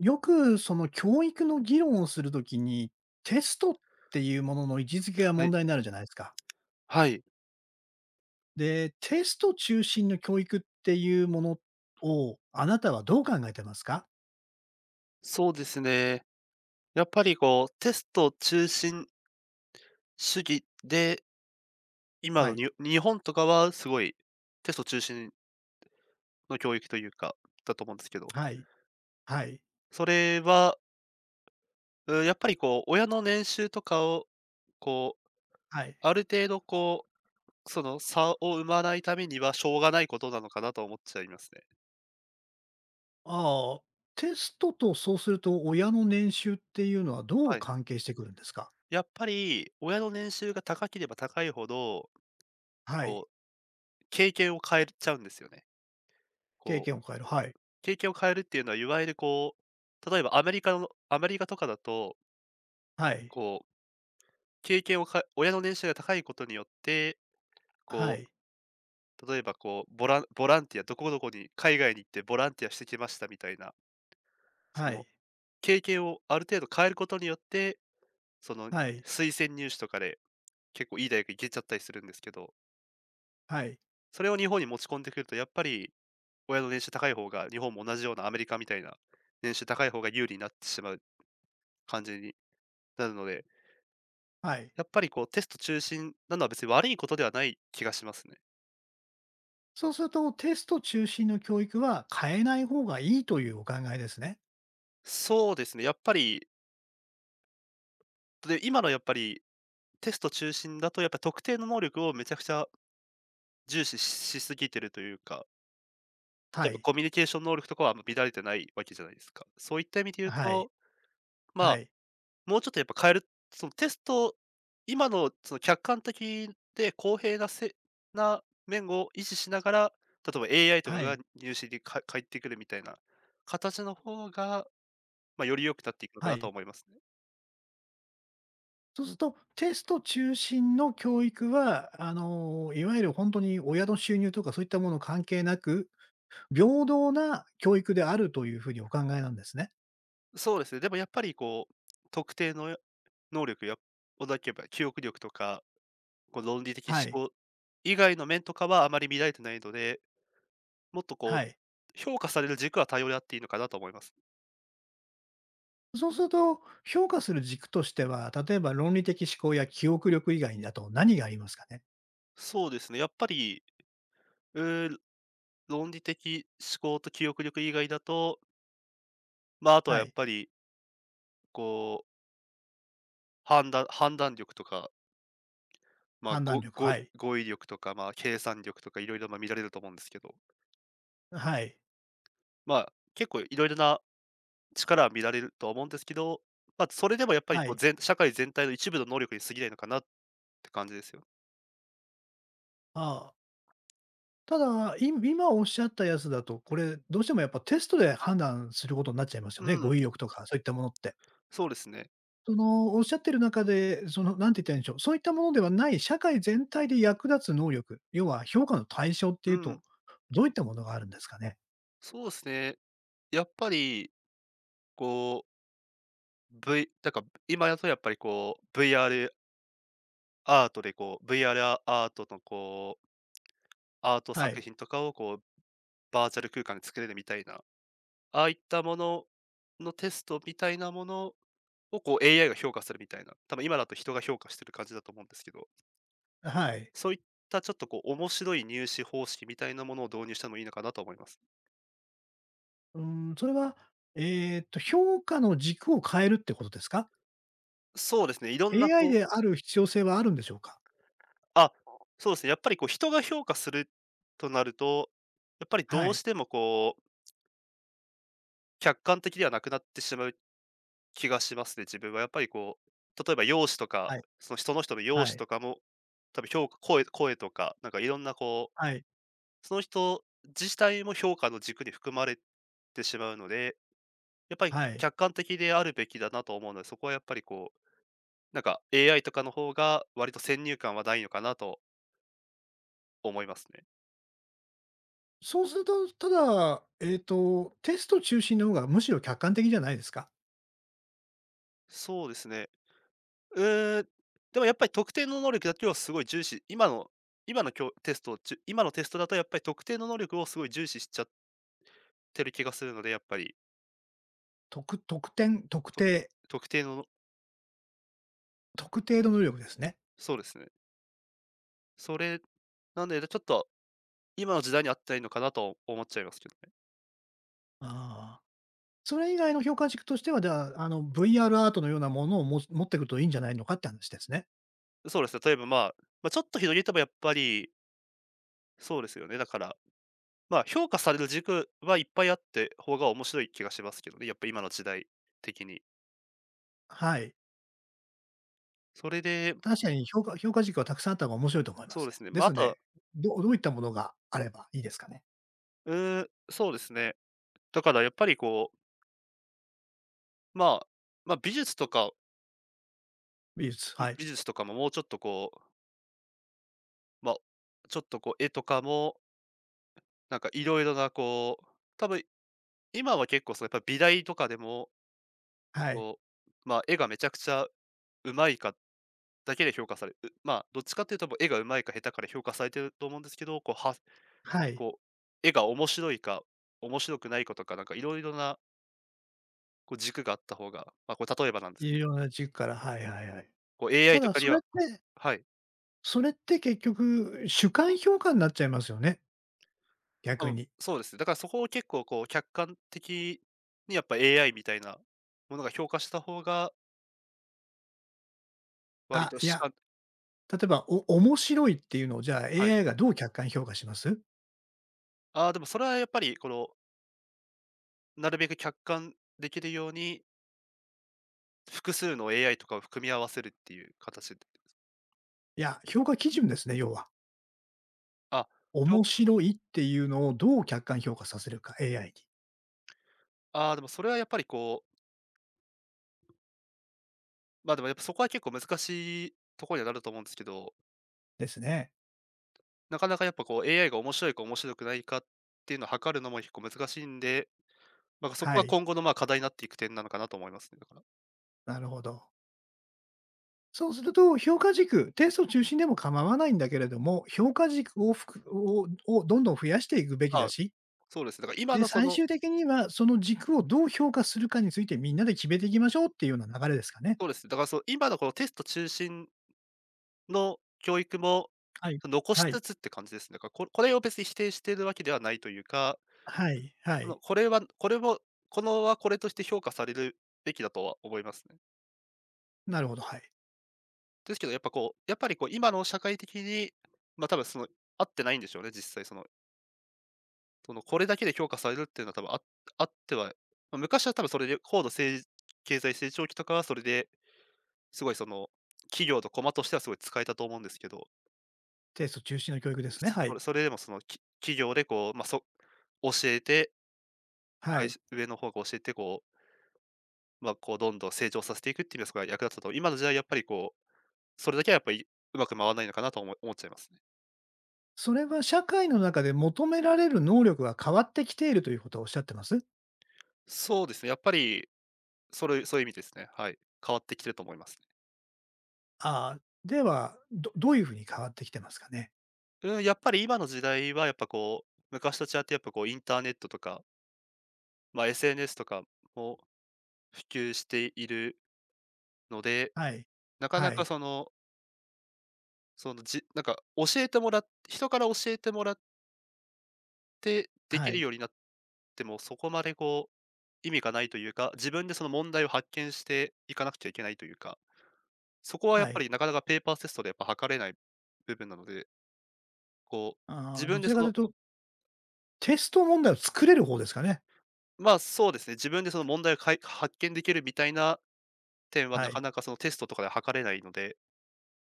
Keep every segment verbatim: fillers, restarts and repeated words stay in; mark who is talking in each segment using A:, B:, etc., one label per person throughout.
A: よくその教育の議論をするときに、テストっていうものの位置づけが
B: は
A: 問
B: い。
A: 題になるじゃないですか。
B: はい。
A: で、テスト中心の教育っていうものを、あなたはどう考えてますか？
B: そうですね。やっぱりこう、テスト中心主義で、今
A: は
B: の
A: い、
B: に日本とかはすごいテスト中心の教育というか、だと思うんですけど、
A: はい、はい、
B: それは、うん、やっぱりこう、親の年収とかを、こう、
A: はい。
B: ある程度こう、その差を生まないためにはしょうがないことなのかなと思っちゃいますね。
A: ああ、テストとそうすると親の年収っていうのはどう
B: はい。
A: 関係してくるんですか？
B: やっぱり親の年収が高ければ高いほど、
A: はい、
B: こう、経験を変えちゃうんですよね。
A: 経
B: こう
A: 験を変える。はい、
B: 経験を変えるっていうのは、いわゆるこう、例えばアメリカのアメリカとかだと、
A: はい、
B: こう、経験をか親の年収が高いことによって、
A: は
B: こ
A: い、
B: う、例えばこう、ボランボランティア、どこどこに海外に行ってボランティアしてきましたみたいな、そ
A: は
B: の、
A: い、
B: 経験をある程度変えることによって、その、
A: はい、
B: 推薦入試とかで結構いい大学行けちゃったりするんですけど、
A: はい、
B: それを日本に持ち込んでくると、やっぱり親の年収高い方が、日本も同じようなアメリカみたいな年収高い方が有利になってしまう感じになるので、
A: はい。
B: やっぱりこうテスト中心なのは別に悪いことではない気がしますね。
A: そうすると、テスト中心の教育は変えない方がいいというお考えですね。
B: そうですね、やっぱり、で、今のやっぱりテスト中心だとやっぱり特定の能力をめちゃくちゃ重視ししすぎてるというか、例
A: は
B: えば
A: い。
B: コミュニケーション能力とかはあんま乱れてないわけじゃないですか。そういった意味で言う
A: はい。
B: と、ま
A: は
B: あ、
A: い。
B: もうちょっとやっぱ変える、そのテスト、今のその客観的で公平なせな面を維持しながら、例えば エーアイ とか
A: は
B: が
A: い。
B: 入試にか返ってくるみたいな形の方が、まあ、より良くなっていくのか
A: は
B: なと
A: い。
B: 思いますね。
A: そうすると、テスト中心の教育は、あの、いわゆる本当に親の収入とかそういったもの関係なく、平等な教育であるというふうにお考えなんですね。
B: そうですね、でもやっぱりこう、特定の能力やをなければ、記憶力とか、こう論理的
A: はい。
B: 思考以外の面とかはあまり見られてないので、もっとこ
A: は
B: う、
A: い。
B: 評価される軸は多様であっていいのかなと思います。
A: そうすると、評価する軸としては、例えば論理的思考や記憶力以外だと何がありますかね？
B: そうですね、やっぱり、うー論理的思考と記憶力以外だと、まあ、あとは
A: は
B: やっ
A: い。
B: ぱり、こう、判断判断力とか、まあ、
A: 判断
B: ご
A: 力、
B: ご
A: はい。
B: 語彙力とか、まあ、計算力とかいろいろま、見られると思うんですけど、
A: はい。
B: まあ、結構いろいろな力は見られるとは思うんですけど、まあ、それでもやっぱり
A: は
B: こう、
A: い。
B: 全社会全体の一部の能力に過ぎないのかなって感じですよ。
A: ああ。ただ、い今おっしゃったやつだと、これどうしてもやっぱテストで判断することになっちゃいますよ
B: う
A: ね、語
B: ん、
A: 彙力とかそういったものって。
B: そうですね。
A: その、おっしゃってる中で、その、なんて言ったらいいんでしょう、そういったものではない社会全体で役立つ能力、要は評価の対象ってい
B: う
A: うと、
B: ん、
A: どういったものがあるんですかね？
B: そうですね。やっぱりこう、V、なんか今だとやっぱりこう、ブイアール アールアートでこう、ブイアール アールアートのこう、アート
A: は
B: 作
A: い。
B: 品とかをこう、バーチャル空間で作れるみたいな、ああいったもののテストみたいなものをこう、エーアイ が評価するみたいな、多分今だと人が評価してる感じだと思うんですけど。
A: はい。
B: そういったちょっとこう面白い入試方式みたいなものを導入したのもいいのかなと思います。
A: うーん、それは、えっと、評価の軸を変えるってことですか
B: そうですね、いろんな
A: ？エーアイ
B: こう、
A: である必要性はあるんでしょうか？
B: あ、そうですね、やっぱりこう人が評価するとなると、やっぱり
A: は
B: どう
A: い。
B: してもこう、客観的ではなくなってしまう気がしますね、自分は。やっぱりこう、例えば容姿とか、
A: はい。
B: その人の人の容
A: は
B: 姿
A: い。
B: とかも、多分評価声声とか、なんかいろんなこ
A: はい。
B: う、その人自体も評価の軸に含まれてしまうので、やっぱり
A: はい。
B: 客観的であるべきだなと思うので、そこはやっぱりこうなんか エーアイ とかの方が、割と先入観はないのかなと思いますね。
A: そうすると、ただ、えっと、テスト中心の方がむしろ客観的じゃないですか？
B: そうですね。うーん、でもやっぱり特定の能力だけをすごい重視、今の今のきょテストをちゅ今のテストだとやっぱり特定の能力をすごい重視しちゃってる気がするので、やっぱり、
A: 特特典特
B: と
A: 定、
B: 特定の
A: 特定の能力ですね。
B: そうですね。それ、なんで、ちょっと今の時代に合ってないのかなと思っちゃいますけどね。
A: ああ。それ以外の評価軸としては、じゃあ、あの、ブイアール アールアートのようなものをも持ってくるといいんじゃないのかって話ですね。
B: そうですね、例えば、まあ、まあ、ちょっと広げてもやっぱり、そうですよね、だからまあ、評価される軸はいっぱいあって方が面白い気がしますけどね、やっぱ今の時代的に。
A: はい。
B: それで、
A: 確かに評価評価軸はたくさんあった方が面白いと思いま
B: そう
A: す
B: で
A: ね。
B: すね、
A: で
B: まあ、
A: す
B: あ
A: の
B: とは、
A: で、どどういったものがあればいいですかね？
B: うーん、そうですね。だからやっぱりこう、まあ、まあ、美術とか、
A: 美術、
B: 美
A: はい。
B: 美術とかももうちょっとこう、まあ、ちょっとこう絵とかも、なんかいろいろなこう、多分今は結構そのやっぱ美大とかでも、
A: はい。
B: こう、まあ、絵がめちゃくちゃ上手いかだけで評価されう、まあ、どっちかっていうともう絵が上手いか下手かで評価されてると思うんですけど、こうは
A: はい。
B: こう、絵が面白いか、面白くないかとか、なんかいろいろなこう軸があった方が、まあ、これ例えばなんですけ
A: いろ
B: ど、
A: んな軸から、はいはいはい。
B: こう
A: た
B: エーアイ と
A: だ
B: かに
A: それっ
B: は
A: て
B: はい。
A: それって結局、主観評価になっちゃいますよね、
B: あ
A: 逆
B: の、
A: に。
B: そうですね。だからそこを結構こう客観的にやっぱ エーアイ みたいなものが評価した方が、割
A: あ、
B: と
A: い
B: し
A: や、
B: か
A: 例えば、お面白いっていうのを、じゃあ、
B: はい。
A: エーアイ がどう客観評価します？
B: ああ、でもそれはやっぱりこの、なるべく客観できるように、複数の エーアイ とかを組み合わせるっていう形で
A: いや、評価基準ですね、要は。
B: あ、評
A: 面
B: 価
A: 白いっていうのをどう客観評価させるか、エーアイ に。
B: あーでもそれはやっぱりこう、ま、でもやっぱそこは結構難しいところにはなると思うんですけど、
A: ですね。
B: なかなかやっぱこう エーアイ が面白いか面白くないかっていうのを測るのも結構難しいんで、なんかそこ
A: は
B: が
A: い、
B: 今後のまあ課題になっていく点なのかなと思いますね、だから。
A: なるほど。そうすると、評価軸、テスト中心でも構わないんだけれども、評価軸をふくををどんどん増やしていくべきだ
B: あ、
A: し、
B: そうですね。だから今
A: で、
B: のそ
A: 最
B: の
A: 終的にはその軸をどう評価するかについてみんなで決めていきましょうっていうような流れですかね。
B: そうですね。だからそう今のこのテスト中心の教育も、
A: はい。
B: 残し
A: はい。
B: つつって感じですね。だからここれを別に否定しているわけではないというか、
A: はい。は
B: この
A: い。
B: これはこれも、このはこれとして評価されるべきだとは思いますね。
A: なるほど、はい。
B: ですけどやっぱこう、やっぱりこう今の社会的に、ま、多分その合ってないんでしょうね、実際そのその、これだけで評価されるっていうのは多分あっあっては、ま、昔は多分それで高度成経済成長期とかはそれで、すごいその、企業とコマとしてはすごい使えたと思うんですけど、
A: テスト中心の教育ですね。は
B: そ
A: い。
B: れそれでもその、き企業でこう、まあ、そ教えて、
A: は
B: 会
A: い。
B: 社上の方が教えてこう、まあ、こうどんどん成長させていくっていうのがすごい役立ったと思う、今の時代やっぱりこう、それだけはやっぱりうまく回らないのかなと思思っちゃいますね。
A: それは社会の中で求められる能力が変わってきているということをおっしゃってます？
B: そうですね、やっぱり、それそういう意味ですね。はい。変わってきてると思います。
A: ああ、では、どどういうふうに変わってきてますかね？
B: うん、やっぱり今の時代はやっぱこう、昔と違ってやっぱこうインターネットとか、まあ、エスエヌエス とかも普及しているので、
A: はい。
B: なかな
A: は
B: か
A: い。
B: その、そのじなんか教えてもらっ人から教えてもらってでき
A: は
B: る
A: い。
B: ようになっても、そこまでこう意味がないというか、自分でその問題を発見していかなくちゃいけないというか、そこはやっ
A: は
B: ぱ
A: い。
B: りなかなかペーパーテストでやっぱ測れない部分なので、こう、
A: あ
B: 自
A: あ、ど
B: 分で
A: ちら
B: そ
A: かという
B: の、
A: と、テスト問題を作れる方ですかね？
B: まあ、そうですね、自分でその問題をかい発見できるみたいな点は
A: は
B: なか
A: い。
B: なかそのテストとかで測れないので、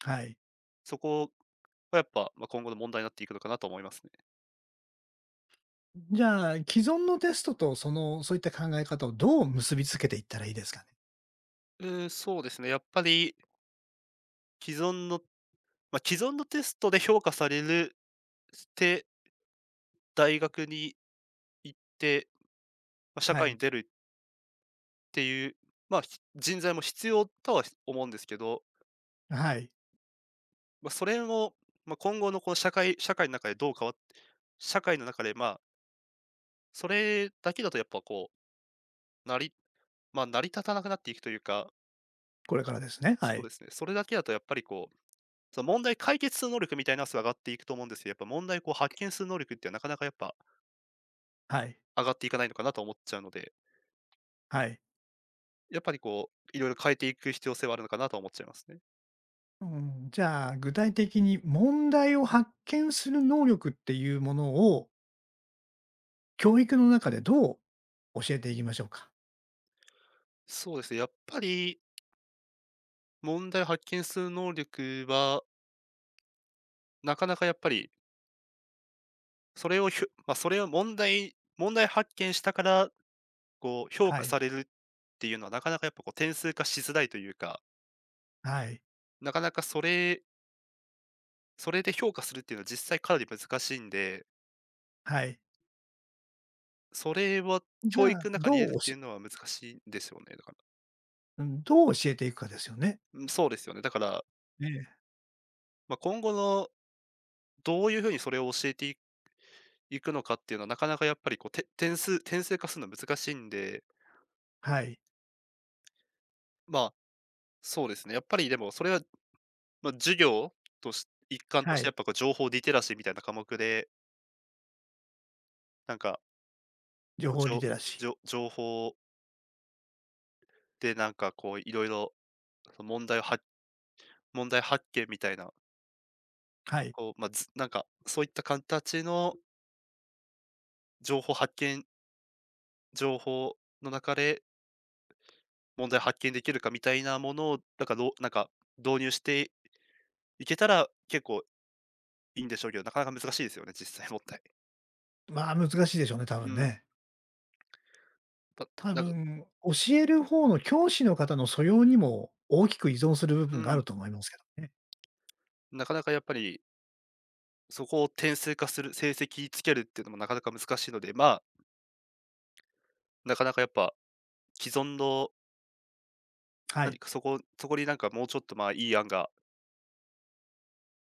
A: はい。
B: そこはやっぱ、まあ、今後の問題になっていくのかなと思いますね。
A: じゃあ、既存のテストとその、そういった考え方をどう結びつけていったらいいですかね？
B: うーん、そうですね、やっぱり既存の、まあ、既存のテストで評価されるて、大学に行って、まあ、社
A: は
B: 会に
A: い。
B: 出るっていう、まあ、ひ人材も必要とは思うんですけど、
A: はい。
B: まあ、それを、まあ、今後のこの社会社会の中でどう変わって社会の中で、まあ、それだけだとやっぱこう、なりまあ、成り立たなくなっていくというか、
A: これからですね。は
B: そう
A: い。
B: ですね、それだけだとやっぱりこうその問題解決する能力みたいなのはすごい上がっていくと思うんですけど、やっぱ問題をこう発見する能力っていうのはなかなかやっぱ
A: はい。
B: 上がっていかないのかなと思っちゃうので、
A: はい。
B: やっぱりこう、いろいろ変えていく必要性はあるのかなとは思っちゃいますね。
A: うん、じゃあ、具体的に問題を発見する能力っていうものを、教育の中でどう教えていきましょうか？
B: そうですね、やっぱり問題を発見する能力は、なかなかやっぱり、それをひゅまあ、それを問題問題発見したから、こう評
A: は
B: 価
A: い、
B: されるっていうのはなかなかやっぱこう点数化しづらいというか、
A: はい、
B: なかなかそれそれで評価するっていうのは実際かなり難しいんで
A: はい。
B: それは
A: じゃ
B: 教育
A: あ、
B: の中に
A: ど
B: 入れ
A: う
B: る
A: お
B: ってい
A: し
B: うのは難しいんですよね、だから。
A: うん、どう教えていくかですよね。
B: うん、そうですよね。だから、
A: ええ、
B: まあ、今後のどういう風にそれを教えていいくのかっていうのは、なかなかやっぱりこう、て点数点数化するのは難しいんで、
A: はい、
B: まあ、そうですね、やっぱりでもそれは、まあ、授業とし一環と
A: は
B: してや
A: い。
B: っぱこう情報リテラシーみたいな科目で、なんか、
A: 情
B: こう
A: 報リ
B: 情、
A: テラシー。
B: じょじょ情報でなんかこう色々、いろいろそ、問題を発問題発見みたいな、
A: はい。
B: こう、まあ、ずなんかそういった形の情報発見情報の中で問題発見できるかみたいなものを、なんかどうなんか導入していけたら、結構いいんでしょうけど、なかなか難しいですよね、実際問題。
A: まあ、難しいでしょうね、多分
B: うん。
A: ね。
B: ぱ
A: 多
B: なんか
A: 分、教える方の教師の方の素養にも大きく依存する部
B: う
A: 分がある
B: ん、
A: と思いますけどね。
B: なかなかやっぱり、そこを点数化する、成績つけるっていうのもなかなか難しいので、まあ、なかなかやっぱ既存の
A: は
B: 何
A: い、
B: かそこそこになんかもうちょっと、まあ、いい案が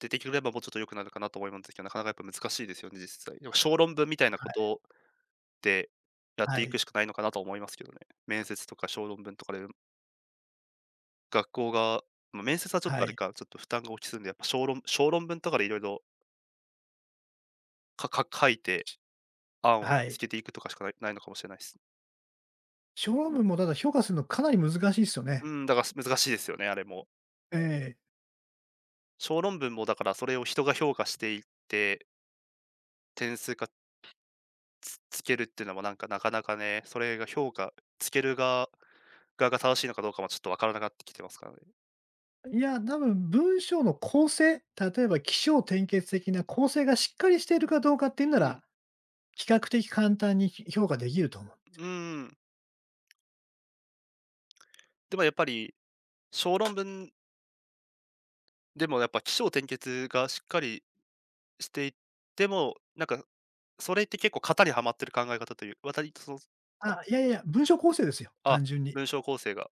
B: 出てくればもうちょっと良くなるかなと思いますけど、なかなかやっぱ難しいですよね、実際。でも小論文みたいな
A: は
B: こ
A: い、
B: とって、やって
A: は
B: いく
A: い、
B: しかないのかなと思いますけどね。面接とか小論文とかで、学校が、ま、面接はちょっと
A: は
B: あれ
A: い、
B: か、ちょっと負担が大きすぎるんで、やっぱ小論小論文とかでいろいろ、かか書いて、案を
A: は
B: 見つ
A: い。
B: けていくとかしかないないのかもしれないす。
A: 小論文もただ評価するのかなり難しいですよね。
B: うん、だから、難しいですよね、あれも。
A: ええ。
B: 小論文もだからそれを人が評価していって、点数がつつけるっていうのもなんかなかなかね、それが評価つける側側が正しいのかどうかもちょっとわからなかってきてますからね。
A: いや、多分文章の構成、例えば起承転結的な構成がしっかりしているかどうかっていうな
B: う
A: ら、
B: ん、
A: 比較的簡単にひ評価できると思う。
B: うーん。でもやっぱり、小論文でもやっぱ起承転結がしっかりしていても、なんかそれって結構型にはまってる考え方という、わりとその、
A: あ、いやいやいや、文章構成ですよ、
B: あ、あ、
A: 単純に。
B: 文章構成が、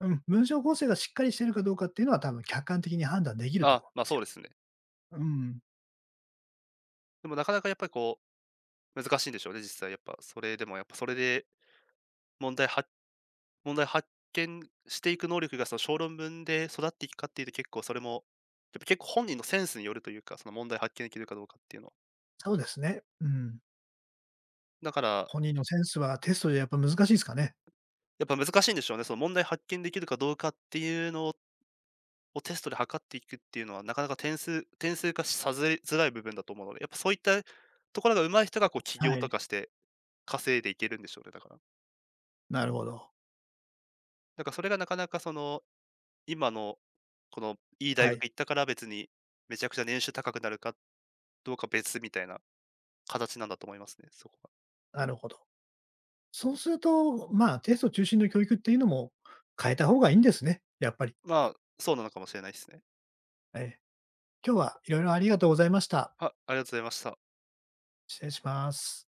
A: うん、文章構成がしっかりしているかどうかっていうのは、多分客観的に判断できると思
B: あ、
A: うんで
B: ま、
A: す
B: そう
A: よ。
B: ですね。
A: うん。
B: でもなかなかやっぱりこう難しいんでしょうね、実際やっぱ。それでもやっぱそれで問題は問題発見していく能力がその小論文で育っていくかっていうと結構それも、やっぱ結構本人のセンスによるというか、その問題発見できるかどうかっていうのは。
A: そうですね。うん。
B: だから、
A: 本人のセンスはテストでやっぱ難しいですかね。
B: やっぱ難しいんでしょうね。その問題発見できるかどうかっていうのをテストで測っていくっていうのは、なかなか点数点数化させづらい部分だと思うので、やっぱそういったところが上手い人がこう起
A: は
B: 業と
A: い。
B: かして稼いでいけるんでしょうね、だから。
A: なるほど。
B: だからそれがなかなかその、今のこのいい大
A: は
B: 学
A: い、
B: 行ったから別にめちゃくちゃ年収高くなるかどうか別みたいな形なんだと思いますね、そこは。
A: なるほど。そうすると、まあ、テスト中心の教育っていうのも変えた方がいいんですね、やっぱり。
B: まあ、そうなのかもしれないですね。
A: ええ。今日はいろいろありがとうございました。
B: は、ありがとうございました。
A: 失礼します。